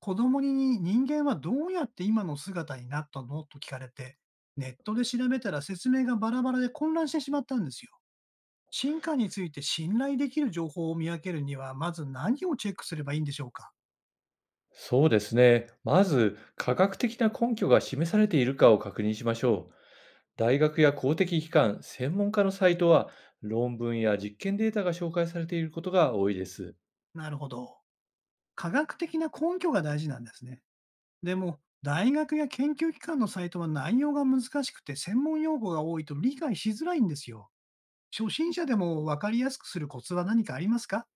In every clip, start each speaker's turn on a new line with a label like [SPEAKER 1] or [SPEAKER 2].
[SPEAKER 1] 子供に人間はどうやって今の姿になったのと聞かれて、ネットで調べたら説明がバラバラで混乱してしまったんですよ。進化について信頼できる情報を見分けるには、まず何をチェックすればいいんでしょうか？
[SPEAKER 2] そうですね。まず、科学的な根拠が示されているかを確認しましょう。大学や公的機関、専門家のサイトは、論文や実験データが紹介されていることが多いです。
[SPEAKER 1] なるほど。科学的な根拠が大事なんですね。でも、大学や研究機関のサイトは内容が難しくて専門用語が多いと理解しづらいんですよ。初心者でも分かりやすくするコツは何かありますか？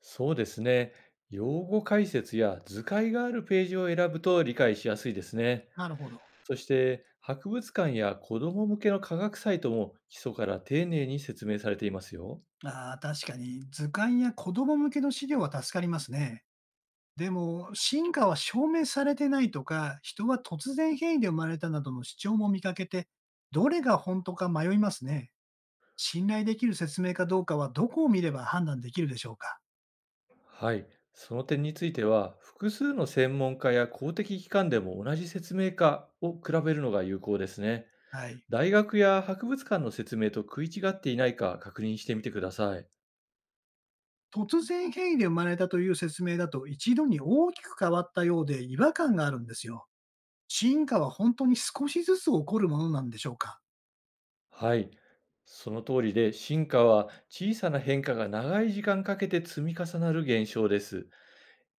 [SPEAKER 2] そうですね。用語解説や図解があるページを選ぶと理解しやすいですね。
[SPEAKER 1] なるほど。
[SPEAKER 2] そして、博物館や子ども向けの科学サイトも基礎から丁寧に説明されていますよ。
[SPEAKER 1] ああ、確かに、図鑑や子供向けの資料は助かりますね。でも、進化は証明されてないとか、人は突然変異で生まれたなどの主張も見かけて、どれが本当か迷いますね。信頼できる説明かどうかはどこを見れば判断できるでしょうか。
[SPEAKER 2] はい、その点については、複数の専門家や公的機関でも同じ説明かを比べるのが有効ですね。
[SPEAKER 1] はい。
[SPEAKER 2] 大学や博物館の説明と食い違っていないか確認してみてください。
[SPEAKER 1] 突然変異で生まれたという説明だと一度に大きく変わったようで違和感があるんですよ。進化は本当に少しずつ起こるものなんでしょうか。
[SPEAKER 2] はい、その通りで、進化は小さな変化が長い時間かけて積み重なる現象です。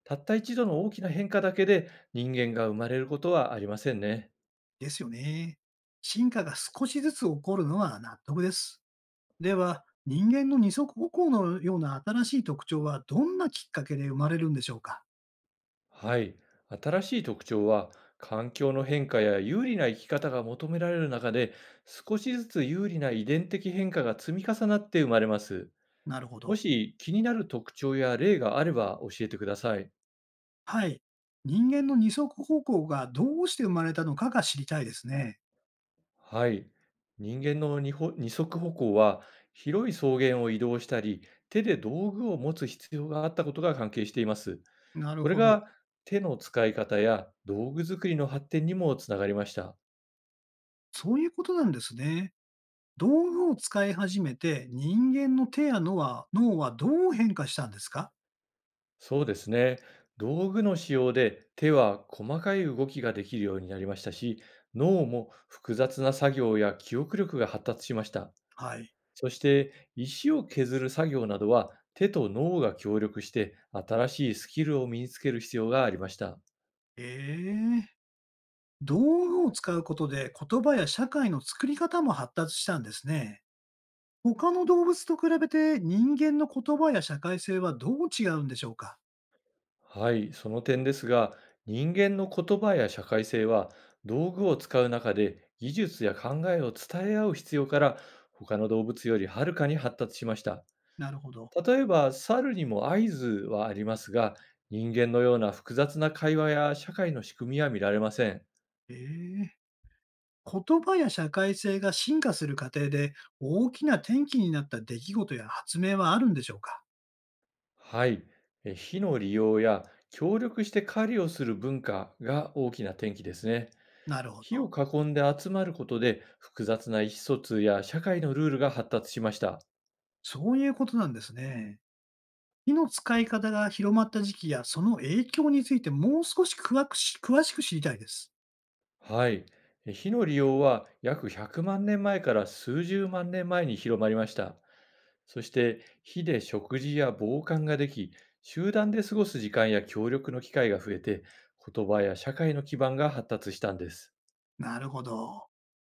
[SPEAKER 2] たった一度の大きな変化だけで人間が生まれることはありませんね。
[SPEAKER 1] ですよね。進化が少しずつ起こるのは納得です。では、人間の二足歩行のような新しい特徴はどんなきっかけで生まれるんでしょうか？
[SPEAKER 2] はい。新しい特徴は、環境の変化や有利な生き方が求められる中で、少しずつ有利な遺伝的変化が積み重なって生まれます。
[SPEAKER 1] なるほ
[SPEAKER 2] も
[SPEAKER 1] ど。
[SPEAKER 2] し気になる特徴や例があれば教えてください。
[SPEAKER 1] はい。人間の二足歩行がどうして生まれたのかが知りたいですね。
[SPEAKER 2] はい。人間の二足歩行は、広い草原を移動したり、手で道具を持つ必要があったことが関係しています。
[SPEAKER 1] なる
[SPEAKER 2] これ
[SPEAKER 1] ほど。
[SPEAKER 2] が手の使い方や道具作りの発展にもつながりました。
[SPEAKER 1] そういうことなんですね。道具を使い始めて人間の手や脳はどう変化したんですか？
[SPEAKER 2] そうですね。道具の使用で手は細かい動きができるようになりましたし、脳も複雑な作業や記憶力が発達しました。
[SPEAKER 1] はい。
[SPEAKER 2] そして、石を削る作業などは手と脳が協力して新しいスキルを身につける必要がありました。
[SPEAKER 1] ええ道具を使うことで言葉や社会の作り方も発達したんですね。他の動物と比べて人間の言葉や社会性はどう違うんでしょうか？
[SPEAKER 2] はい、その点ですが、人間の言葉や社会性は、道具を使う中で技術や考えを伝え合う必要から、他の動物よりはるかに発達しました。
[SPEAKER 1] なるほど。
[SPEAKER 2] 例えば、猿にも合図はありますが、人間のような複雑な会話や社会の仕組みは見られません。
[SPEAKER 1] ええ言葉や社会性が進化する過程で大きな転機になった出来事や発明はあるんでしょうか？
[SPEAKER 2] はい。火の利用や協力して狩りをする文化が大きな転機ですね。
[SPEAKER 1] なるほど。
[SPEAKER 2] 火を囲んで集まることで、複雑な意思疎通や社会のルールが発達しました。
[SPEAKER 1] そういうことなんですね。火の使い方が広まった時期やその影響についてもう少し詳しく知りたいです。
[SPEAKER 2] はい。火の利用は約100万年前から数十万年前に広まりました。そして、火で食事や防寒ができ、集団で過ごす時間や協力の機会が増えて、言葉や社会の基盤が発達したんです。
[SPEAKER 1] なるほど。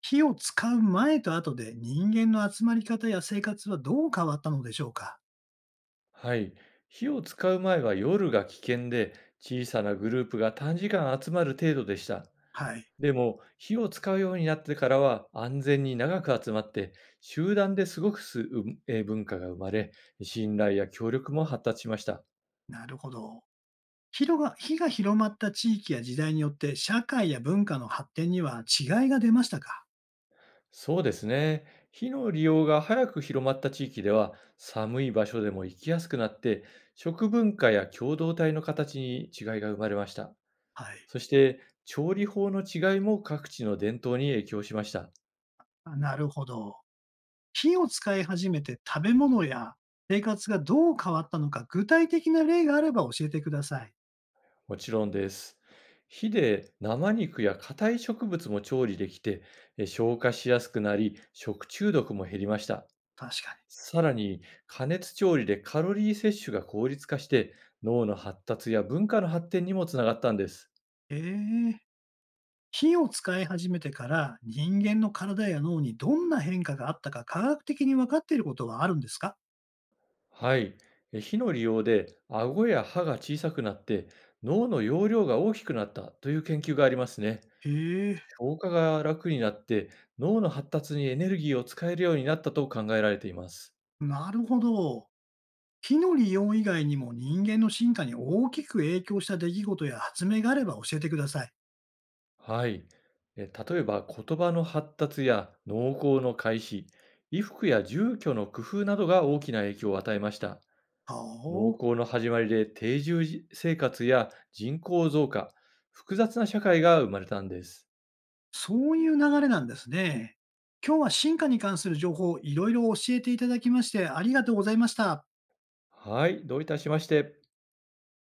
[SPEAKER 1] 火を使う前と後で人間の集まり方や生活はどう変わったのでしょうか？
[SPEAKER 2] はい。火を使う前は夜が危険で、小さなグループが短時間集まる程度でした。
[SPEAKER 1] はい。
[SPEAKER 2] でも、火を使うようになってからは安全に長く集まって、集団で過ごくすうえー文化が生まれ、信頼や協力も発達しました。
[SPEAKER 1] なるほど。火が広まった地域や時代によって社会や文化の発展には違いが出ましたか？
[SPEAKER 2] そうですね。火の利用が早く広まった地域では、寒い場所でも生きやすくなって、食文化や共同体の形に違いが生まれました。
[SPEAKER 1] はい。
[SPEAKER 2] そして、調理法の違いも各地の伝統に影響しました。
[SPEAKER 1] なるほど。火を使い始めて食べ物や生活がどう変わったのか具体的な例があれば教えてください。
[SPEAKER 2] もちろんです。火で生肉や硬い植物も調理できて、消化しやすくなり、食中毒も減りました。
[SPEAKER 1] 確かに。
[SPEAKER 2] さらに、加熱調理でカロリー摂取が効率化して、脳の発達や文化の発展にもつながったんです。
[SPEAKER 1] えー、火を使い始めてから人間の体や脳にどんな変化があったか科学的に分かっていることはあるんですか？
[SPEAKER 2] はい。火の利用で、顎や歯が小さくなって、脳の容量が大きくなったという研究がありますね。
[SPEAKER 1] へえ、
[SPEAKER 2] 消化が楽になって、脳の発達にエネルギーを使えるようになったと考えられています。
[SPEAKER 1] なるほど。木の利用以外にも人間の進化に大きく影響した出来事や発明があれば教えてください。
[SPEAKER 2] はい。例えば、言葉の発達や農耕の開始、衣服や住居の工夫などが大きな影響を与えました。
[SPEAKER 1] ほ
[SPEAKER 2] 農
[SPEAKER 1] う、
[SPEAKER 2] 耕の始まりで定住生活や人口増加、複雑な社会が生まれたんです。
[SPEAKER 1] そういう流れなんですね。今日は進化に関する情報をいろいろ教えていただきましてありがとうございました。
[SPEAKER 2] はい、どういたしまして。